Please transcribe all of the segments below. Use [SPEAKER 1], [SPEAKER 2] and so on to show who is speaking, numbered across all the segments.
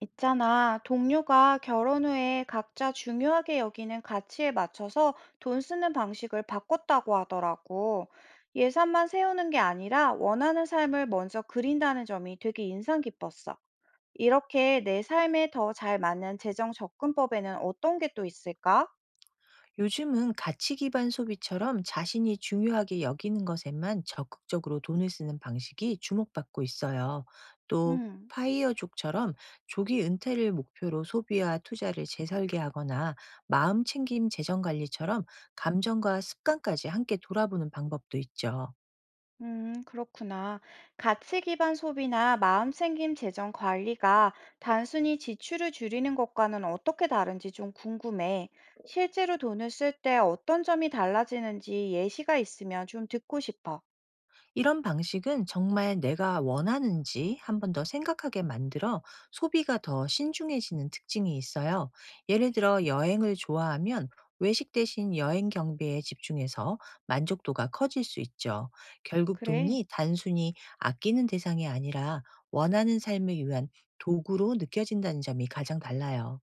[SPEAKER 1] 있잖아, 동료가 결혼 후에 각자 중요하게 여기는 가치에 맞춰서 돈 쓰는 방식을 바꿨다고 하더라고. 예산만 세우는 게 아니라 원하는 삶을 먼저 그린다는 점이 되게 인상 깊었어. 이렇게 내 삶에 더 잘 맞는 재정 접근법에는 어떤 게 또 있을까?
[SPEAKER 2] 요즘은 가치 기반 소비처럼 자신이 중요하게 여기는 것에만 적극적으로 돈을 쓰는 방식이 주목받고 있어요. 또
[SPEAKER 1] 음.
[SPEAKER 2] 파이어족처럼 조기 은퇴를 목표로 소비와 투자를 재설계하거나 마음 챙김 재정 관리처럼 감정과 습관까지 함께 돌아보는 방법도 있죠.
[SPEAKER 1] 그렇구나. 가치 기반 소비나 마음챙김 재정 관리가 단순히 지출을 줄이는 것과는 어떻게 다른지 좀 궁금해. 실제로 돈을 쓸 때 어떤 점이 달라지는지 예시가 있으면 좀 듣고 싶어.
[SPEAKER 2] 이런 방식은 정말 내가 원하는지 한 번 더 생각하게 만들어, 소비가 더 신중해지는 특징이 있어요. 예를 들어 여행을 좋아하면 외식 대신 여행 경비에 집중해서 만족도가 커질 수 있죠. 결국
[SPEAKER 1] 그래.
[SPEAKER 2] 돈이 단순히 아끼는 대상이 아니라 원하는 삶을 위한 도구로 느껴진다는 점이 가장 달라요.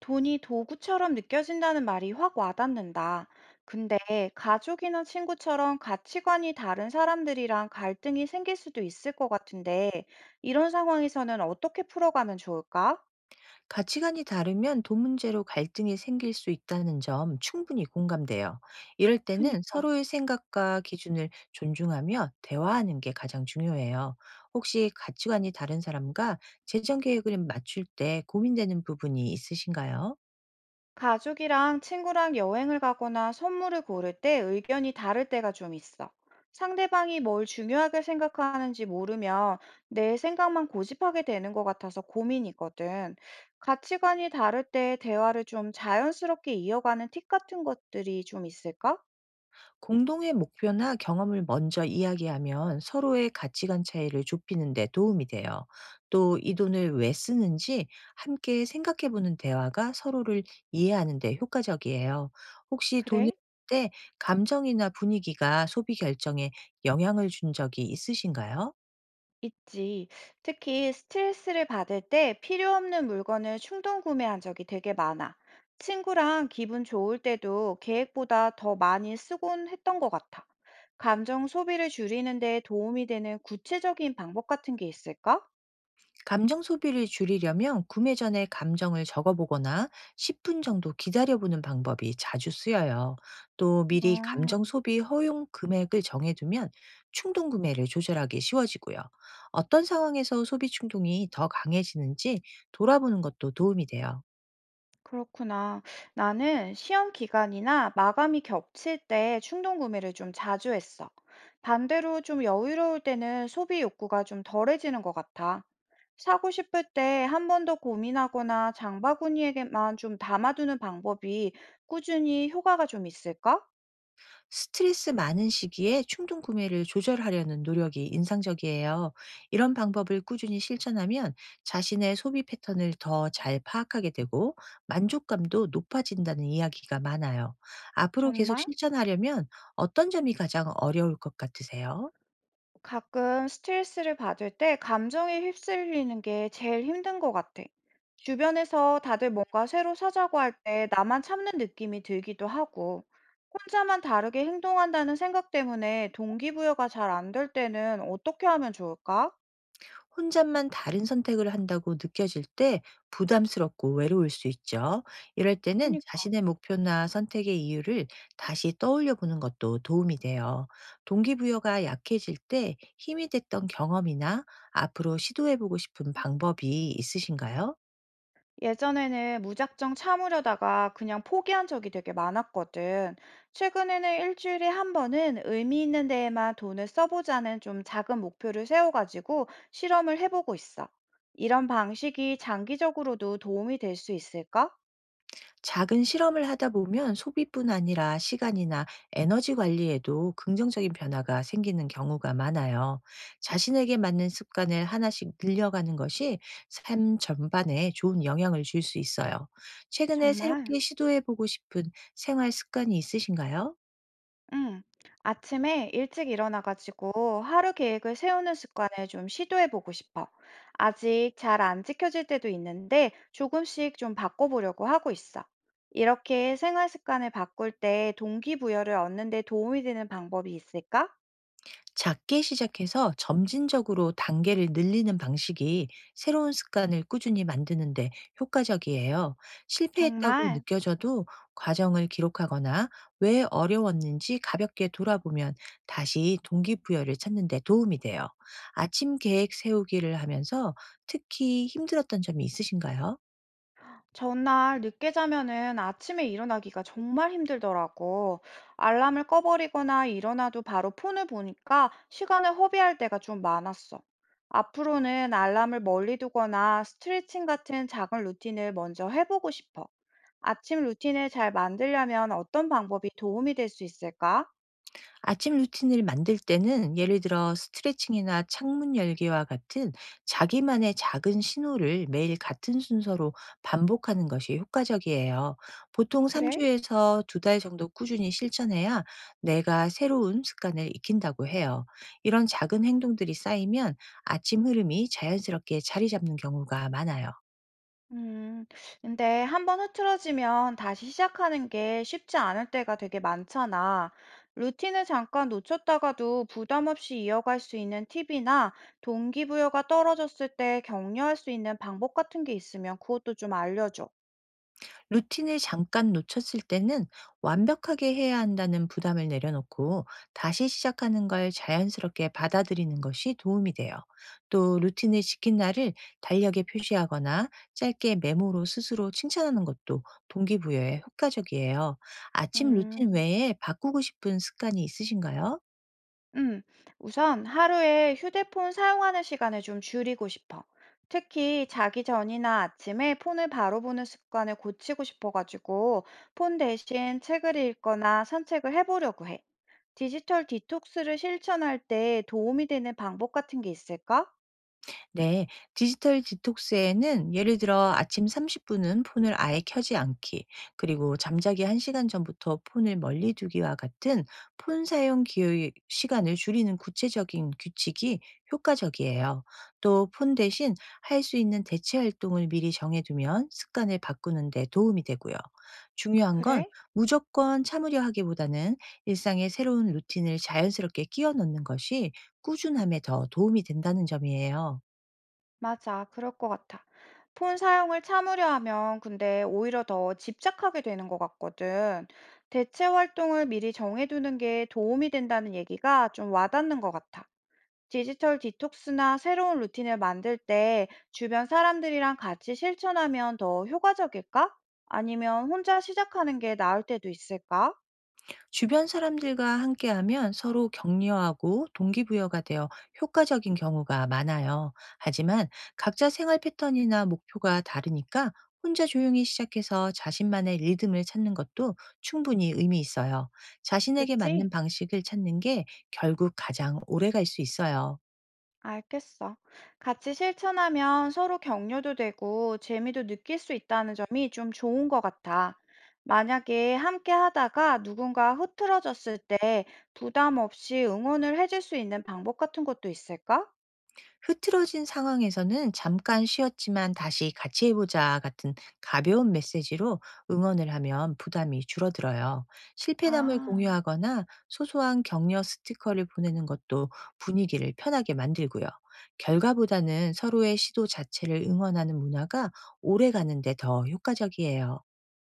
[SPEAKER 1] 돈이 도구처럼 느껴진다는 말이 확 와닿는다. 근데 가족이나 친구처럼 가치관이 다른 사람들이랑 갈등이 생길 수도 있을 것 같은데, 이런 상황에서는 어떻게 풀어가면 좋을까?
[SPEAKER 2] 가치관이 다르면 돈 문제로 갈등이 생길 수 있다는 점 충분히 공감돼요. 이럴 때는
[SPEAKER 1] 그니까.
[SPEAKER 2] 서로의 생각과 기준을 존중하며 대화하는 게 가장 중요해요. 혹시 가치관이 다른 사람과 재정 계획을 맞출 때 고민되는 부분이 있으신가요?
[SPEAKER 1] 가족이랑 친구랑 여행을 가거나 선물을 고를 때 의견이 다를 때가 좀 있어. 상대방이 뭘 중요하게 생각하는지 모르면 내 생각만 고집하게 되는 것 같아서 고민이거든. 가치관이 다를 때 대화를 좀 자연스럽게 이어가는 팁 같은 것들이 좀 있을까?
[SPEAKER 2] 공동의 목표나 경험을 먼저 이야기하면 서로의 가치관 차이를 좁히는 데 도움이 돼요. 또 이 돈을 왜 쓰는지 함께 생각해 보는 대화가 서로를 이해하는 데 효과적이에요. 혹시 돈을
[SPEAKER 1] 그래?
[SPEAKER 2] 쓸때 감정이나 분위기가 소비 결정에 영향을 준 적이 있으신가요?
[SPEAKER 1] 있지. 특히 스트레스를 받을 때 필요 없는 물건을 충동 구매한 적이 되게 많아. 친구랑 기분 좋을 때도 계획보다 더 많이 쓰곤 했던 것 같아. 감정 소비를 줄이는 데 도움이 되는 구체적인 방법 같은 게 있을까?
[SPEAKER 2] 감정 소비를 줄이려면 구매 전에 감정을 적어보거나 10분 정도 기다려보는 방법이 자주 쓰여요. 또 미리 감정
[SPEAKER 1] 음.
[SPEAKER 2] 소비 허용 금액을 정해두면 충동 구매를 조절하기 쉬워지고요. 어떤 상황에서 소비 충동이 더 강해지는지 돌아보는 것도 도움이 돼요.
[SPEAKER 1] 그렇구나. 나는 시험 기간이나 마감이 겹칠 때 충동 구매를 좀 자주 했어. 반대로 좀 여유로울 때는 소비 욕구가 좀 덜해지는 것 같아. 사고 싶을 때 한 번 더 고민하거나 장바구니에게만 좀 담아두는 방법이 꾸준히 효과가 좀 있을까?
[SPEAKER 2] 스트레스 많은 시기에 충동 구매를 조절하려는 노력이 인상적이에요. 이런 방법을 꾸준히 실천하면 자신의 소비 패턴을 더 잘 파악하게 되고 만족감도 높아진다는 이야기가 많아요. 앞으로 계속
[SPEAKER 1] 정말?
[SPEAKER 2] 실천하려면 어떤 점이 가장 어려울 것 같으세요?
[SPEAKER 1] 가끔 스트레스를 받을 때 감정에 휩쓸리는 게 제일 힘든 것 같아. 주변에서 다들 뭔가 새로 사자고 할 때 나만 참는 느낌이 들기도 하고, 혼자만 다르게 행동한다는 생각 때문에 동기부여가 잘 안 될 때는 어떻게 하면 좋을까?
[SPEAKER 2] 혼자만 다른 선택을 한다고 느껴질 때 부담스럽고 외로울 수 있죠. 이럴 때는
[SPEAKER 1] 그니까.
[SPEAKER 2] 자신의 목표나 선택의 이유를 다시 떠올려 보는 것도 도움이 돼요. 동기부여가 약해질 때 힘이 됐던 경험이나 앞으로 시도해 보고 싶은 방법이 있으신가요?
[SPEAKER 1] 예전에는 무작정 참으려다가 그냥 포기한 적이 되게 많았거든. 최근에는 일주일에 한 번은 의미 있는 데에만 돈을 써보자는 좀 작은 목표를 세워가지고 실험을 해보고 있어. 이런 방식이 장기적으로도 도움이 될 수 있을까?
[SPEAKER 2] 작은 실험을 하다 보면 소비뿐 아니라 시간이나 에너지 관리에도 긍정적인 변화가 생기는 경우가 많아요. 자신에게 맞는 습관을 하나씩 늘려가는 것이 삶 전반에 좋은 영향을 줄 수 있어요. 최근에
[SPEAKER 1] 정말.
[SPEAKER 2] 새롭게 시도해보고 싶은 생활 습관이 있으신가요?
[SPEAKER 1] 음, 아침에 일찍 일어나가지고 하루 계획을 세우는 습관을 좀 시도해보고 싶어. 아직 잘 안 지켜질 때도 있는데 조금씩 좀 바꿔보려고 하고 있어. 이렇게 생활 습관을 바꿀 때 동기부여를 얻는 데 도움이 되는 방법이 있을까?
[SPEAKER 2] 작게 시작해서 점진적으로 단계를 늘리는 방식이 새로운 습관을 꾸준히 만드는데 효과적이에요. 실패했다고
[SPEAKER 1] 정말.
[SPEAKER 2] 느껴져도 과정을 기록하거나 왜 어려웠는지 가볍게 돌아보면 다시 동기부여를 찾는 데 도움이 돼요. 아침 계획 세우기를 하면서 특히 힘들었던 점이 있으신가요?
[SPEAKER 1] 전날 늦게 자면은 아침에 일어나기가 정말 힘들더라고. 알람을 꺼버리거나 일어나도 바로 폰을 보니까 시간을 허비할 때가 좀 많았어. 앞으로는 알람을 멀리 두거나 스트레칭 같은 작은 루틴을 먼저 해보고 싶어. 아침 루틴을 잘 만들려면 어떤 방법이 도움이 될 수 있을까?
[SPEAKER 2] 아침 루틴을 만들 때는, 예를 들어 스트레칭이나 창문 열기와 같은 자기만의 작은 신호를 매일 같은 순서로 반복하는 것이 효과적이에요. 보통
[SPEAKER 1] 그래?
[SPEAKER 2] 3주에서 2달 정도 꾸준히 실천해야 내가 새로운 습관을 익힌다고 해요. 이런 작은 행동들이 쌓이면 아침 흐름이 자연스럽게 자리 잡는 경우가 많아요.
[SPEAKER 1] 음, 근데 한번 흐트러지면 다시 시작하는 게 쉽지 않을 때가 되게 많잖아. 루틴을 잠깐 놓쳤다가도 부담 없이 이어갈 수 있는 팁이나 동기부여가 떨어졌을 때 격려할 수 있는 방법 같은 게 있으면 그것도 좀 알려줘.
[SPEAKER 2] 루틴을 잠깐 놓쳤을 때는 완벽하게 해야 한다는 부담을 내려놓고 다시 시작하는 걸 자연스럽게 받아들이는 것이 도움이 돼요. 또 루틴을 지킨 날을 달력에 표시하거나 짧게 메모로 스스로 칭찬하는 것도 동기부여에 효과적이에요. 아침 루틴
[SPEAKER 1] 음.
[SPEAKER 2] 외에 바꾸고 싶은 습관이 있으신가요?
[SPEAKER 1] 음, 우선 하루에 휴대폰 사용하는 시간을 좀 줄이고 싶어. 특히 자기 전이나 아침에 폰을 바로 보는 습관을 고치고 싶어가지고 폰 대신 책을 읽거나 산책을 해보려고 해. 디지털 디톡스를 실천할 때 도움이 되는 방법 같은 게 있을까?
[SPEAKER 2] 네, 디지털 디톡스에는, 예를 들어 아침 30분은 폰을 아예 켜지 않기, 그리고 잠자기 1시간 전부터 폰을 멀리 두기와 같은 폰 사용 기회 시간을 줄이는 구체적인 규칙이 효과적이에요. 또 폰 대신 할 수 있는 대체 활동을 미리 정해두면 습관을 바꾸는 데 도움이 되고요. 중요한 건,
[SPEAKER 1] 그래?
[SPEAKER 2] 무조건 참으려 하기보다는 일상의 새로운 루틴을 자연스럽게 끼워 넣는 것이 꾸준함에 더 도움이 된다는 점이에요.
[SPEAKER 1] 맞아, 그럴 것 같아. 폰 사용을 참으려 하면 근데 오히려 더 집착하게 되는 것 같거든. 대체 활동을 미리 정해두는 게 도움이 된다는 얘기가 좀 와닿는 것 같아. 디지털 디톡스나 새로운 루틴을 만들 때 주변 사람들이랑 같이 실천하면 더 효과적일까? 아니면 혼자 시작하는 게 나을 때도 있을까?
[SPEAKER 2] 주변 사람들과 함께하면 서로 격려하고 동기부여가 되어 효과적인 경우가 많아요. 하지만 각자 생활 패턴이나 목표가 다르니까 혼자 조용히 시작해서 자신만의 리듬을 찾는 것도 충분히 의미 있어요. 자신에게
[SPEAKER 1] 그치?
[SPEAKER 2] 맞는 방식을 찾는 게 결국 가장 오래 갈 수 있어요.
[SPEAKER 1] 알겠어. 같이 실천하면 서로 격려도 되고 재미도 느낄 수 있다는 점이 좀 좋은 것 같아. 만약에 함께 하다가 누군가 흐트러졌을 때 부담 없이 응원을 해줄 수 있는 방법 같은 것도 있을까?
[SPEAKER 2] 흐트러진 상황에서는 "잠깐 쉬었지만 다시 같이 해보자." 같은 가벼운 메시지로 응원을 하면 부담이 줄어들어요. 실패담을
[SPEAKER 1] 아.
[SPEAKER 2] 공유하거나 소소한 격려 스티커를 보내는 것도 분위기를 편하게 만들고요. 결과보다는 서로의 시도 자체를 응원하는 문화가 오래 가는 데 더 효과적이에요.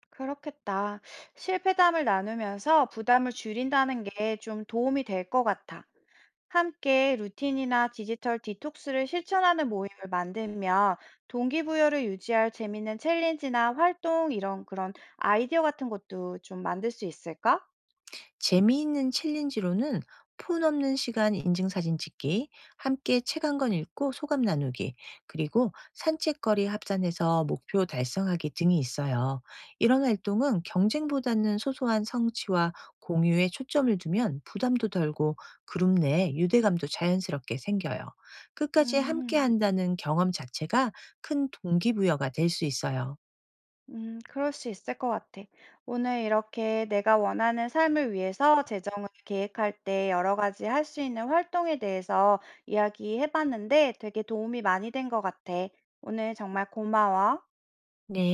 [SPEAKER 1] 그렇겠다. 실패담을 나누면서 부담을 줄인다는 게 좀 도움이 될 것 같아. 함께 루틴이나 디지털 디톡스를 실천하는 모임을 만들면 동기부여를 유지할 재밌는 챌린지나 활동 이런 그런 아이디어 같은 것도 좀 만들 수 있을까?
[SPEAKER 2] 재미있는 챌린지로는 폰 없는 시간 인증 사진 찍기, 함께 책 한 권 읽고 소감 나누기, 그리고 산책거리 합산해서 목표 달성하기 등이 있어요. 이런 활동은 경쟁보다는 소소한 성취와 공유에 초점을 두면 부담도 덜고 그룹 내 유대감도 자연스럽게 생겨요. 끝까지 함께
[SPEAKER 1] 음.
[SPEAKER 2] 한다는 경험 자체가 큰 동기부여가 될 수 있어요.
[SPEAKER 1] 그럴 수 있을 것 같아. 오늘 이렇게 내가 원하는 삶을 위해서 재정을 계획할 때 여러 가지 할 수 있는 활동에 대해서 이야기해봤는데 되게 도움이 많이 된 것 같아. 오늘 정말 고마워.
[SPEAKER 2] 네,